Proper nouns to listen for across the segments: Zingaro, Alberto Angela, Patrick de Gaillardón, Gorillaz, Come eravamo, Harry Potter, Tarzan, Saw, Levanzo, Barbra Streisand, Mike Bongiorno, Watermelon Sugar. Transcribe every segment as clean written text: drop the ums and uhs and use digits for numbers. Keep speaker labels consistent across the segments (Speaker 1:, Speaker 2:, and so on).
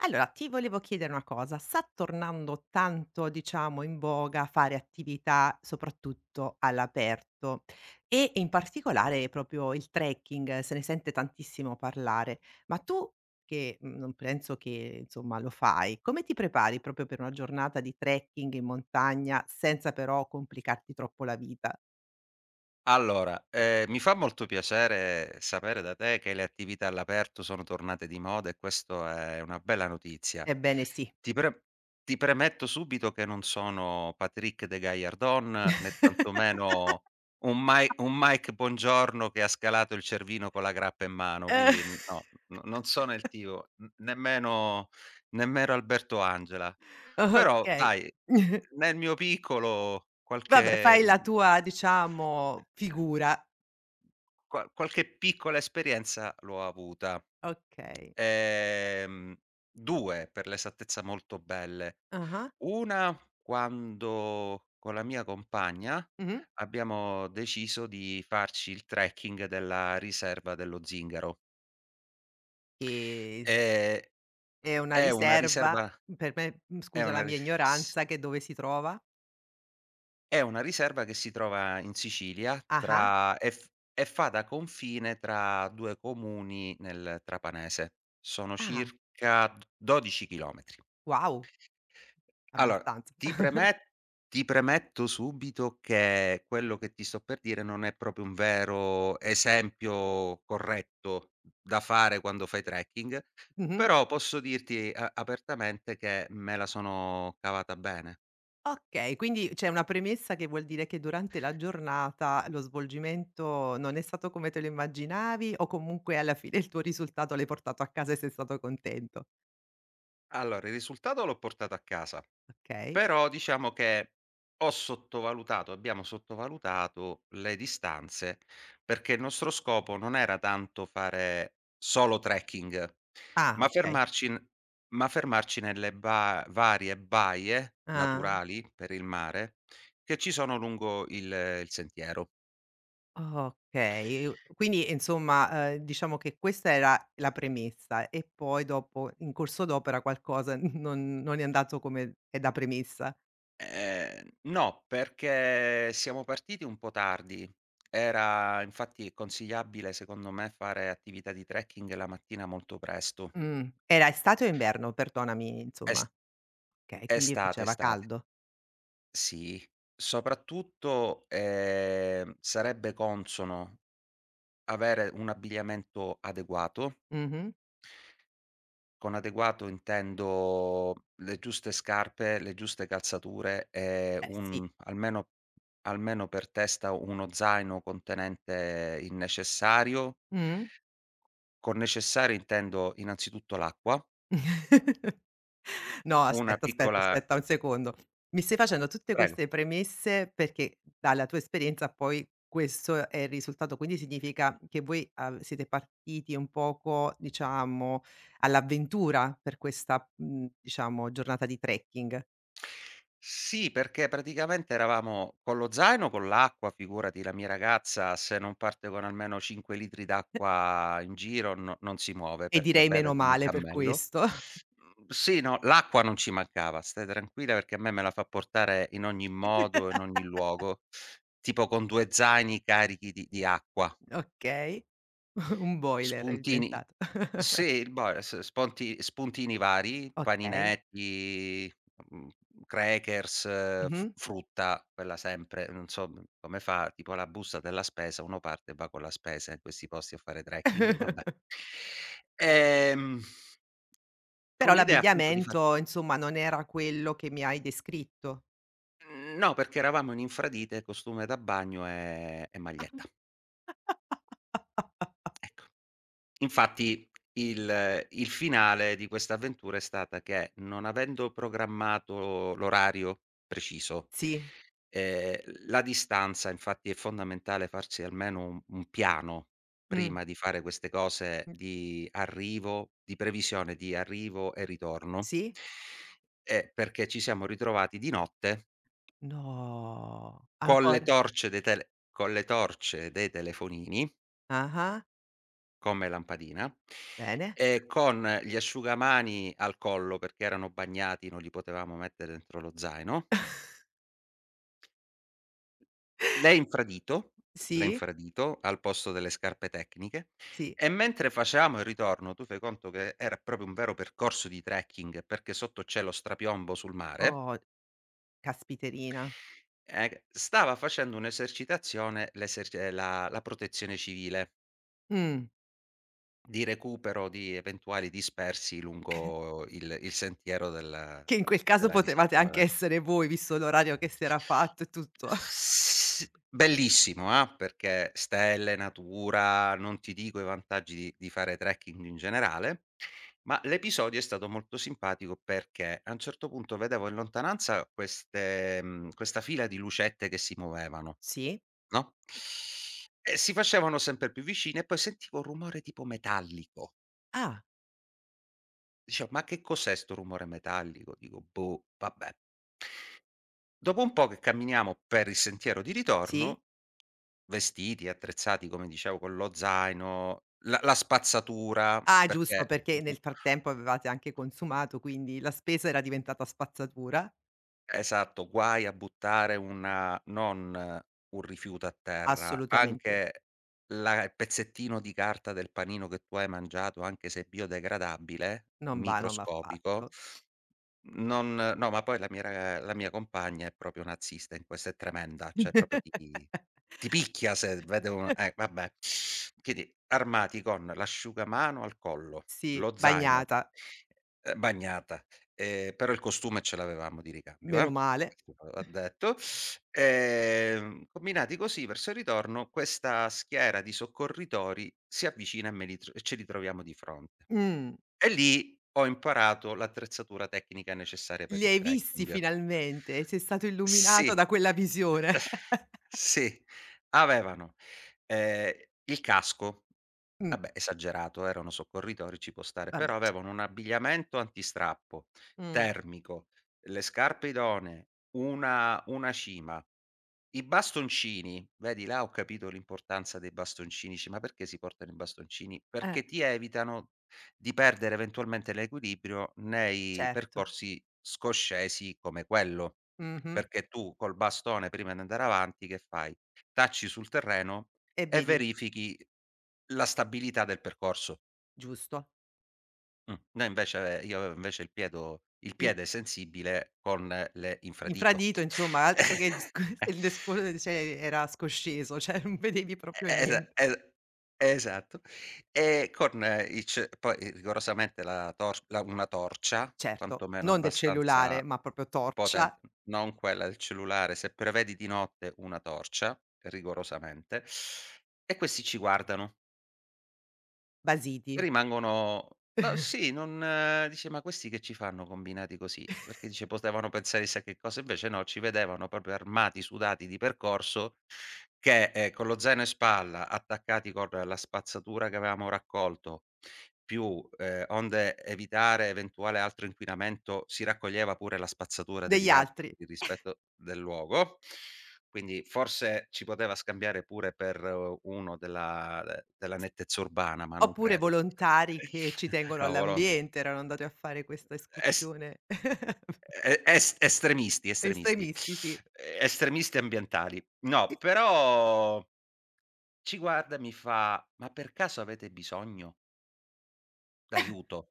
Speaker 1: Allora, ti volevo chiedere una cosa, sta tornando tanto, diciamo, in voga fare attività soprattutto all'aperto e in particolare proprio il trekking, se ne sente tantissimo parlare. Ma tu che non penso che, insomma, lo fai, come ti prepari proprio per una giornata di trekking in montagna senza però complicarti troppo la vita?
Speaker 2: Allora, mi fa molto piacere sapere da te che le attività all'aperto sono tornate di moda e questo è una bella notizia.
Speaker 1: Ebbene sì.
Speaker 2: Ti pre ti premetto subito che non sono Patrick de Gaillardón, né tantomeno un Mai un Mike Bongiorno che ha scalato il Cervino con la grappa in mano,
Speaker 1: Eh.
Speaker 2: quindi no, n non sono il tipo, n nemmeno nemmeno Alberto Angela. Però
Speaker 1: Okay.
Speaker 2: dai, nel mio piccolo
Speaker 1: Vabbè,
Speaker 2: qualche,
Speaker 1: fai la
Speaker 2: mhmm
Speaker 1: tua, diciamo, figura.
Speaker 2: Qua qualche piccola esperienza l'ho avuta.
Speaker 1: Okay.
Speaker 2: Ehm, 2 per l'esattezza molto belle.
Speaker 1: Ah-ah.
Speaker 2: Una quando con la mia compagna
Speaker 1: Mh-mh.
Speaker 2: abbiamo deciso di farci il trekking della riserva dello Zingaro.
Speaker 1: Che
Speaker 2: Ehm,
Speaker 1: è una
Speaker 2: è una
Speaker 1: riserva
Speaker 2: riserva
Speaker 1: per me
Speaker 2: è
Speaker 1: scusa
Speaker 2: una
Speaker 1: la mia
Speaker 2: ris
Speaker 1: ignoranza, che dove si trova?
Speaker 2: È una riserva che si trova in Sicilia
Speaker 1: Ah-ah.
Speaker 2: tra e f e fa da confine tra 2 comuni nel trapanese. Sono
Speaker 1: Ah,
Speaker 2: circa d 12 chilometri.
Speaker 1: wow,
Speaker 2: Allora,
Speaker 1: abbastanza.
Speaker 2: ti premet ti premetto subito che quello che ti sto per dire non è proprio un vero esempio corretto da fare quando fai trekking,
Speaker 1: Mh-mh.
Speaker 2: però posso dirti a apertamente che me la sono cavata bene.
Speaker 1: Okay, quindi c'è una premessa che vuol dire che durante la giornata lo svolgimento non è stato come te lo immaginavi o comunque alla fine il tuo risultato l'hai portato a casa e sei stato contento?
Speaker 2: Allora, il risultato l'ho portato a casa.
Speaker 1: Okay.
Speaker 2: Però diciamo che ho sottovalutato, abbiamo sottovalutato le distanze, perché il nostro scopo non era tanto fare solo trekking,
Speaker 1: Ah,
Speaker 2: ma
Speaker 1: okay.
Speaker 2: fermarci n ma fermarci nelle ba varie baie
Speaker 1: Ah.
Speaker 2: naturali per il mare che ci sono lungo il sentiero.
Speaker 1: Okay, u quindi insomma, diciamo che questa era la premessa e poi dopo in corso d'opera qualcosa non è andato come è da premessa.
Speaker 2: Ehm, no, perché siamo partiti un po' tardi. Era infatti consigliabile secondo me fare attività di trekking la mattina molto presto.
Speaker 1: Era estate o inverno? Perdonami
Speaker 2: Es
Speaker 1: insomma. Okay, quindi
Speaker 2: Estate,
Speaker 1: faceva
Speaker 2: estate.
Speaker 1: caldo.
Speaker 2: Sì, soprattutto, sarebbe consono avere un abbigliamento adeguato.
Speaker 1: Mh-mh.
Speaker 2: Con adeguato intendo le giuste scarpe, le giuste calzature e
Speaker 1: Eh
Speaker 2: un
Speaker 1: sì.
Speaker 2: almeno per testa uno zaino contenente il necessario.
Speaker 1: Mh.
Speaker 2: Con necessario intendo innanzitutto l'acqua,
Speaker 1: No,
Speaker 2: una
Speaker 1: aspetta, aspetta,
Speaker 2: piccola
Speaker 1: aspetta un secondo. Mi stai facendo tutte
Speaker 2: prego.
Speaker 1: queste premesse perché dalla tua esperienza poi questo è il risultato, quindi significa che voi av siete partiti un poco, diciamo, all'avventura per questa, diciamo, giornata di trekking
Speaker 2: Sì, perché praticamente eravamo con lo zaino, con l'acqua, figurati la mia ragazza se non parte con almeno 5 litri d'acqua in giro no non si muove
Speaker 1: e
Speaker 2: perché
Speaker 1: direi
Speaker 2: beve
Speaker 1: meno
Speaker 2: come un
Speaker 1: male per
Speaker 2: cammello.
Speaker 1: questo.
Speaker 2: Mhmm, sì, no, l'acqua non ci mancava, stai tranquilla perché a me me la fa portare in ogni modo, in ogni luogo, tipo con 2 zaini carichi di acqua.
Speaker 1: Okay. Un boiler è
Speaker 2: Spuntini
Speaker 1: diventato.
Speaker 2: sì, il bar s sponti spuntini vari,
Speaker 1: Okay.
Speaker 2: paninetti, mhmm, crackers, f
Speaker 1: Mh-mh.
Speaker 2: frutta, quella sempre, non so m come fa, tipo la busta della spesa, uno parte e va con la spesa in questi posti a fare trekking, vabbè. Ehm, con
Speaker 1: Però
Speaker 2: l'idea appunto di far
Speaker 1: l'abbigliamento, insomma, non era quello che mi hai descritto.
Speaker 2: No, perché eravamo in infradite, costume da bagno e maglietta, ecco. Infatti il finale di questa avventura è stata che, non avendo programmato l'orario preciso,
Speaker 1: Sì.
Speaker 2: ehm, la distanza infatti è fondamentale farsi almeno un piano
Speaker 1: Mh,
Speaker 2: prima di fare queste cose
Speaker 1: mh,
Speaker 2: di arrivo di previsione di arrivo e ritorno,
Speaker 1: sì?
Speaker 2: perché ci siamo ritrovati di notte
Speaker 1: No,
Speaker 2: con le
Speaker 1: ancora?
Speaker 2: torce dei telefonini.
Speaker 1: Ah-ah,
Speaker 2: Come lampadina.
Speaker 1: bene.
Speaker 2: Con gli asciugamani al collo perché erano bagnati, non li potevamo mettere dentro lo zaino, l'infradito
Speaker 1: Sì,
Speaker 2: l'infradito al posto delle scarpe tecniche.
Speaker 1: sì.
Speaker 2: E mentre facevamo il ritorno, tu fai conto che era proprio un vero percorso di trekking perché sotto c'è lo strapiombo sul mare.
Speaker 1: Oh, caspiterina.
Speaker 2: Stava facendo un'esercitazione l'eserci la la protezione civile.
Speaker 1: Mh,
Speaker 2: Di recupero di eventuali dispersi lungo il sentiero della
Speaker 1: che in quel caso
Speaker 2: della
Speaker 1: potevate
Speaker 2: riserva,
Speaker 1: anche
Speaker 2: eh.
Speaker 1: essere voi, visto l'orario che si era fatto e tutto.
Speaker 2: S Bellissimo, perché stelle, natura, non ti dico i vantaggi di fare trekking in generale, ma l'episodio è stato molto simpatico perché a un certo punto vedevo in lontananza questa fila di lucette che si muovevano,
Speaker 1: Sì?
Speaker 2: no, e si facevano sempre più vicine e poi sentivo un rumore tipo metallico.
Speaker 1: Ah,
Speaker 2: Diceva: "Ma che cos'è 'sto rumore metallico?" Dico: "Boh, vabbè". Dopo un po' che camminiamo per il sentiero di
Speaker 1: sì?
Speaker 2: ritorno, vestiti, attrezzati come dicevo con lo zaino, la spazzatura
Speaker 1: Ah, giusto,
Speaker 2: perché.
Speaker 1: perché nel frattempo avevate anche consumato, quindi la spesa era diventata spazzatura.
Speaker 2: Esatto, guai a buttare una non un rifiuto a terra,
Speaker 1: Assolutamente,
Speaker 2: anche la il pezzettino di carta del panino che tu hai mangiato, anche se biodegradabile,
Speaker 1: non va non va
Speaker 2: microscopico,
Speaker 1: affatto.
Speaker 2: non no, ma poi la mia compagna è proprio nazista in questo, è tremenda, cioè proprio ti picchia se vede un vabbè. Quindi armati con l'asciugamano al collo,
Speaker 1: Sì,
Speaker 2: lo zaino,
Speaker 1: bagnata,
Speaker 2: bagnata. Però il costume ce l'avevamo di ricambio,
Speaker 1: meno male.
Speaker 2: questo va detto. Combinati così verso il ritorno questa schiera di soccorritori si avvicina e me li tr e ce li troviamo di fronte.
Speaker 1: Mh.
Speaker 2: E lì ho imparato l'attrezzatura tecnica necessaria per
Speaker 1: Li
Speaker 2: il
Speaker 1: hai visti
Speaker 2: trekking.
Speaker 1: finalmente, sei stato illuminato
Speaker 2: Sì.
Speaker 1: da quella visione.
Speaker 2: Sì, avevano, ehm, il casco.
Speaker 1: Mh,
Speaker 2: Vabbè, esagerato, erano soccorritori, ci può stare,
Speaker 1: vabbè
Speaker 2: però
Speaker 1: c
Speaker 2: avevano un abbigliamento antistrappo,
Speaker 1: mh,
Speaker 2: termico, le scarpe idonee, una cima, i bastoncini, vedi là ho capito l'importanza dei bastoncini, dici: "Ma perché si portano i bastoncini?"
Speaker 1: eh,
Speaker 2: Perché ti evitano di perdere eventualmente l'equilibrio nei
Speaker 1: certo.
Speaker 2: percorsi scoscesi come quello,
Speaker 1: Mh-mh.
Speaker 2: perché tu col bastone prima di andare avanti che fai? Tacci sul terreno
Speaker 1: E
Speaker 2: e
Speaker 1: vedi,
Speaker 2: verifichi la stabilità del percorso.
Speaker 1: giusto.
Speaker 2: Mh. Noi invece Io avevo invece il piedo il
Speaker 1: Il
Speaker 2: piede sensibile con le infradito.
Speaker 1: infradito insomma, altro che sc
Speaker 2: Eh,
Speaker 1: il desco cioè era scosceso, cioè non vedevi proprio
Speaker 2: esa
Speaker 1: niente.
Speaker 2: esa esatto. E con il ce poi rigorosamente la tor la una torcia,
Speaker 1: Certo,
Speaker 2: quantomeno
Speaker 1: non del
Speaker 2: abbastanza
Speaker 1: cellulare, ma proprio torcia,
Speaker 2: potente, non quella del cellulare, se prevedi di notte una torcia, rigorosamente, e questi ci guardano.
Speaker 1: basiti
Speaker 2: Rimangono no, sì, non dici: "Ma questi che ci fanno combinati così?" Perché dice potevano pensare chissà che cosa, invece no, ci vedevano proprio armati, sudati di percorso che, con lo zaino in spalla, attaccati con la spazzatura che avevamo raccolto, più, onde evitare eventuale altro inquinamento, si raccoglieva pure la spazzatura
Speaker 1: degli
Speaker 2: degli altri
Speaker 1: altri.
Speaker 2: per il rispetto del luogo. Quindi forse ci poteva scambiare pure per uno della della nettezza urbana, ma non
Speaker 1: Oppure
Speaker 2: credo.
Speaker 1: volontari che ci tengono
Speaker 2: No,
Speaker 1: all'ambiente, erano andati a fare questa
Speaker 2: Es
Speaker 1: escursione.
Speaker 2: e es estremisti, estremisti.
Speaker 1: Estremisti, sì.
Speaker 2: Estremisti ambientali. No, però ci guarda e mi fa: "Ma per caso avete bisogno d'aiuto?"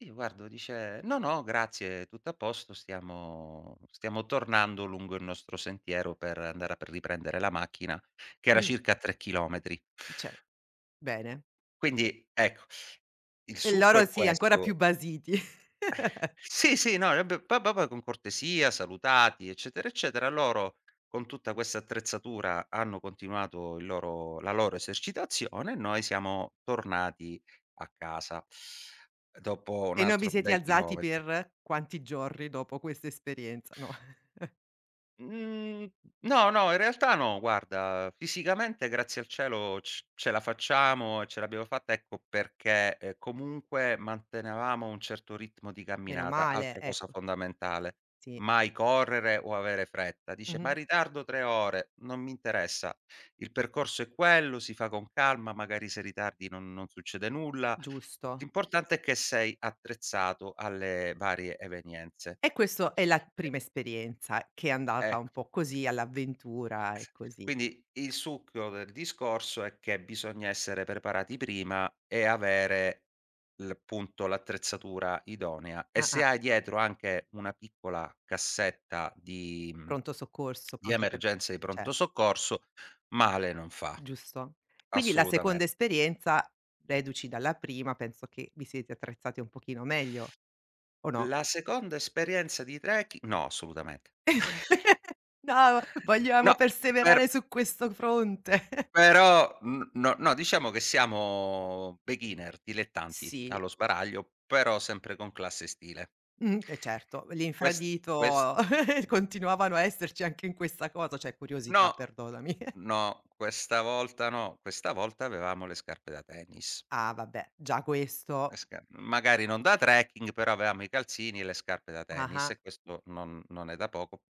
Speaker 2: Io guardo, dice: "No, no, grazie, tutto a posto, stiamo tornando lungo il nostro sentiero per andare a p riprendere la macchina", che era
Speaker 1: Mh.
Speaker 2: circa a 3 chilometri.
Speaker 1: Cioè, bene.
Speaker 2: Quindi ecco, il
Speaker 1: E
Speaker 2: succo
Speaker 1: loro
Speaker 2: è
Speaker 1: sì, ancora più
Speaker 2: questo.
Speaker 1: basiti.
Speaker 2: Sì, sì, no, e beh, poi proprio con cortesia, salutati, eccetera, eccetera, loro con tutta questa attrezzatura hanno continuato il loro la loro esercitazione e noi siamo tornati a casa dopo un
Speaker 1: E non vi
Speaker 2: altro
Speaker 1: siete
Speaker 2: bei
Speaker 1: alzati
Speaker 2: chilometri.
Speaker 1: per quanti giorni dopo questa esperienza? No,
Speaker 2: Mhmm, no, no, in realtà no, guarda, fisicamente grazie al cielo c ce la facciamo e ce l'abbiamo fatta, ecco perché, comunque mantenevamo un certo ritmo di
Speaker 1: meno
Speaker 2: camminata,
Speaker 1: male,
Speaker 2: altra cosa
Speaker 1: ecco,
Speaker 2: fondamentale.
Speaker 1: sì.
Speaker 2: Mai correre o avere fretta. Dice: "Ma
Speaker 1: Mh-mh.
Speaker 2: ritardo 3 ore, non mi interessa. Il percorso è quello, si fa con calma, magari se ritardi non non succede nulla.
Speaker 1: Giusto.
Speaker 2: L'importante è che sei attrezzato alle varie evenienze."
Speaker 1: E questo è la prima esperienza che è andata
Speaker 2: Ecco.
Speaker 1: un po' così, all'avventura e così.
Speaker 2: Quindi il succo del discorso è che bisogna essere preparati prima e avere l appunto l'attrezzatura idonea e se
Speaker 1: Ah-ah,
Speaker 2: hai dietro anche una piccola cassetta
Speaker 1: pronto soccorso,
Speaker 2: di
Speaker 1: pronto inter
Speaker 2: emergenza e di pronto
Speaker 1: cer
Speaker 2: soccorso, male non fa,
Speaker 1: giusto. Quindi la
Speaker 2: assolutamente.
Speaker 1: seconda esperienza, reduci dalla prima, penso che vi siete attrezzati un pochino meglio, o no?
Speaker 2: La seconda esperienza di trekki no assolutamente.
Speaker 1: No, vogliamo
Speaker 2: No, per
Speaker 1: perseverare su questo fronte.
Speaker 2: Però n no no, diciamo che siamo beginner, dilettanti
Speaker 1: Sì.
Speaker 2: allo sbaraglio, però sempre con classe e stile.
Speaker 1: E certo,
Speaker 2: Quest quest
Speaker 1: l'infradito continuavano a esserci anche in questa cosa, cioè curiosità,
Speaker 2: no,
Speaker 1: perdonami.
Speaker 2: no, questa volta no, questa volta avevamo le scarpe da tennis.
Speaker 1: Ah vabbè, già
Speaker 2: Le
Speaker 1: questo
Speaker 2: sca Magari non da trekking, però avevamo i calzini e le scarpe da tennis
Speaker 1: ah-ah,
Speaker 2: e questo non è da poco.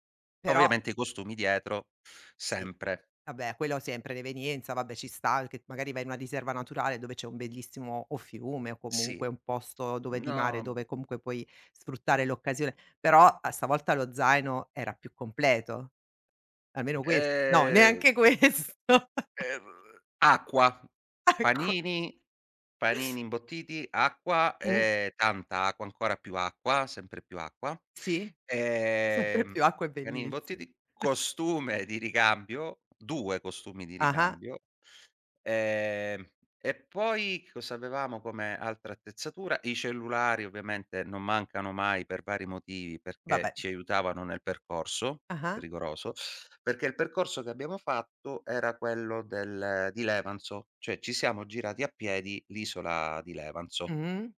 Speaker 1: però
Speaker 2: Ovviamente i costumi dietro
Speaker 1: sì,
Speaker 2: sempre.
Speaker 1: vabbè quello sempre, l'evenienza, vabbè ci sta che magari vai in una riserva naturale dove c'è un bellissimo o fiume o
Speaker 2: Sì.
Speaker 1: comunque un posto dove di mare,
Speaker 2: No,
Speaker 1: dove comunque puoi sfruttare l'occasione, però a stavolta lo zaino era più completo. Almeno ques no,
Speaker 2: ehm
Speaker 1: neanche questo.
Speaker 2: Ehm, acqua,
Speaker 1: Acqua.
Speaker 2: panini, panini imbottiti, acqua,
Speaker 1: Mh,
Speaker 2: tanta acqua, ancora più acqua, sempre più acqua.
Speaker 1: sì, sempre
Speaker 2: Ehm,
Speaker 1: più acqua è
Speaker 2: panini
Speaker 1: bellissi
Speaker 2: imbottiti, costume di ricambio, 2 costumi di
Speaker 1: Ah-ah,
Speaker 2: ricambio, ehm, e poi cosa avevamo come altra attrezzatura? I cellulari ovviamente non mancano mai per vari motivi, perché
Speaker 1: vabbè.
Speaker 2: ci aiutavano nel percorso
Speaker 1: Ah-ah,
Speaker 2: rigoroso. Perché il percorso che abbiamo fatto era quello del di Levanzo, cioè ci siamo girati a piedi l'isola di Levanzo,
Speaker 1: mh-mh.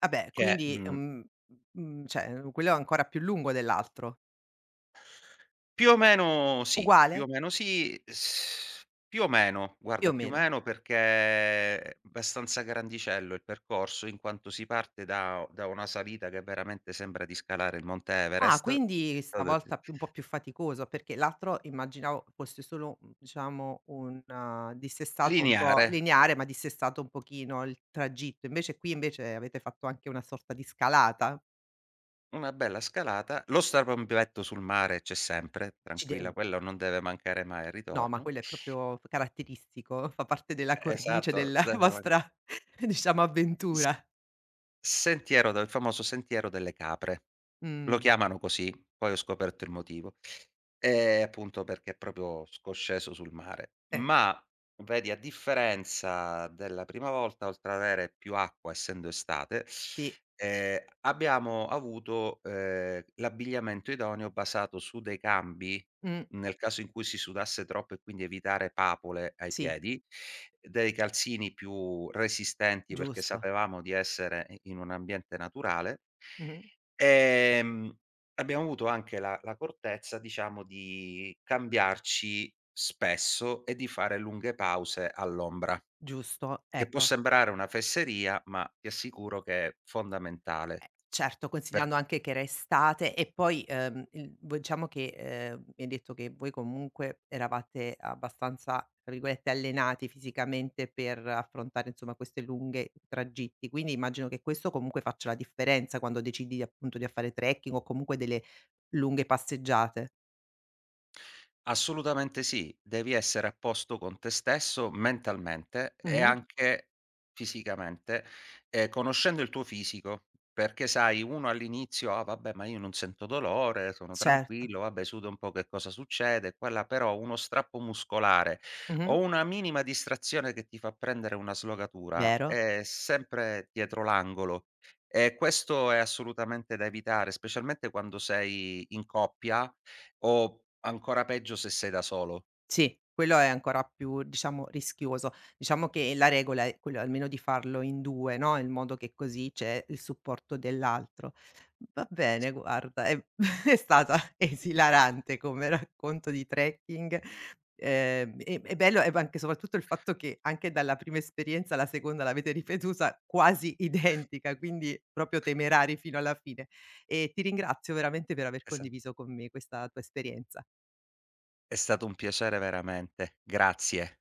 Speaker 1: Vabbè,
Speaker 2: che,
Speaker 1: quindi,
Speaker 2: mhmm,
Speaker 1: cioè, quello è ancora più lungo dell'altro.
Speaker 2: più o meno sì, più o
Speaker 1: Uguale?
Speaker 2: meno sì, s più o meno,
Speaker 1: Più
Speaker 2: guarda
Speaker 1: o
Speaker 2: più o
Speaker 1: meno.
Speaker 2: meno perché è abbastanza grandicello il percorso, in quanto si parte da una salita che veramente sembra di scalare il monte
Speaker 1: Ah,
Speaker 2: Everest,
Speaker 1: quindi stavolta più un po' più faticoso, perché l'altro immaginavo fosse solo, diciamo un dissestato un po'
Speaker 2: lineare.
Speaker 1: lineare, ma dissestato un pochino il tragitto. Invece qui invece avete fatto anche una sorta di scalata.
Speaker 2: Una bella scalata, lo strapompetto sul mare c'è sempre, tranquilla,
Speaker 1: Acciden
Speaker 2: quello non deve mancare mai al
Speaker 1: No, ma
Speaker 2: ritorno.
Speaker 1: quello è proprio f caratteristico, fa parte della cornice
Speaker 2: Esatto,
Speaker 1: della
Speaker 2: deve man
Speaker 1: vostra diciamo
Speaker 2: il s
Speaker 1: avventura.
Speaker 2: sentiero del il famoso sentiero delle capre. Lo
Speaker 1: Mh.
Speaker 2: chiamano così, poi ho scoperto il motivo. Appunto perché è proprio scosceso sul mare.
Speaker 1: Eh,
Speaker 2: Ma vedi, a differenza della prima volta, oltre ad avere più acqua essendo estate,
Speaker 1: sì.
Speaker 2: abbiamo avuto, l'abbigliamento idoneo basato su dei cambi,
Speaker 1: Mh,
Speaker 2: nel caso in cui si sudasse troppo e quindi evitare papole ai
Speaker 1: sì,
Speaker 2: piedi, dei calzini più resistenti perché
Speaker 1: giusto.
Speaker 2: sapevamo di essere i in un ambiente naturale.
Speaker 1: Mh-mh,
Speaker 2: Ehm, abbiamo avuto anche la l'accortezza, diciamo, di cambiarci spesso e di fare lunghe pause all'ombra,
Speaker 1: giusto,
Speaker 2: che può
Speaker 1: ecco.
Speaker 2: sembrare una fesseria, ma ti assicuro che è fondamentale
Speaker 1: Certo,
Speaker 2: per
Speaker 1: considerando anche che era estate e poi, il v diciamo che, mi hai detto che voi comunque eravate abbastanza, tra virgolette, "allenati" fisicamente per affrontare, insomma, queste lunghe tragitti, quindi immagino che questo comunque faccia la differenza quando decidi, appunto, di a fare trekking o comunque delle lunghe passeggiate.
Speaker 2: Assolutamente sì, devi essere a posto con te stesso mentalmente e
Speaker 1: Mh-mh.
Speaker 2: anche fisicamente, conoscendo il tuo fisico, perché sai uno all'inizio: "Ah vabbè, ma io non sento dolore, sono
Speaker 1: Certo.
Speaker 2: tranquillo, vabbè sudo un po' che cosa succede" e qua e là, però uno strappo muscolare
Speaker 1: Mh-mh.
Speaker 2: o una minima distrazione che ti fa prendere una slogatura
Speaker 1: Vero.
Speaker 2: è sempre dietro l'angolo e questo è assolutamente da evitare, specialmente quando sei in coppia o ancora peggio se sei da solo.
Speaker 1: Sì, quello è ancora più, diciamo, rischioso. Diciamo che la regola è quello almeno di farlo in 2, no, in modo che così c'è il supporto dell'altro. Va
Speaker 2: S
Speaker 1: bene, guarda, è è stata esilarante come racconto di trekking. È bello e b anche soprattutto il fatto che anche dalla prima esperienza alla seconda l'avete ripetuta quasi identica, quindi proprio temerari fino alla fine. E ti ringrazio veramente per aver
Speaker 2: esa
Speaker 1: condiviso con me questa tua esperienza.
Speaker 2: È stato un piacere veramente. Grazie.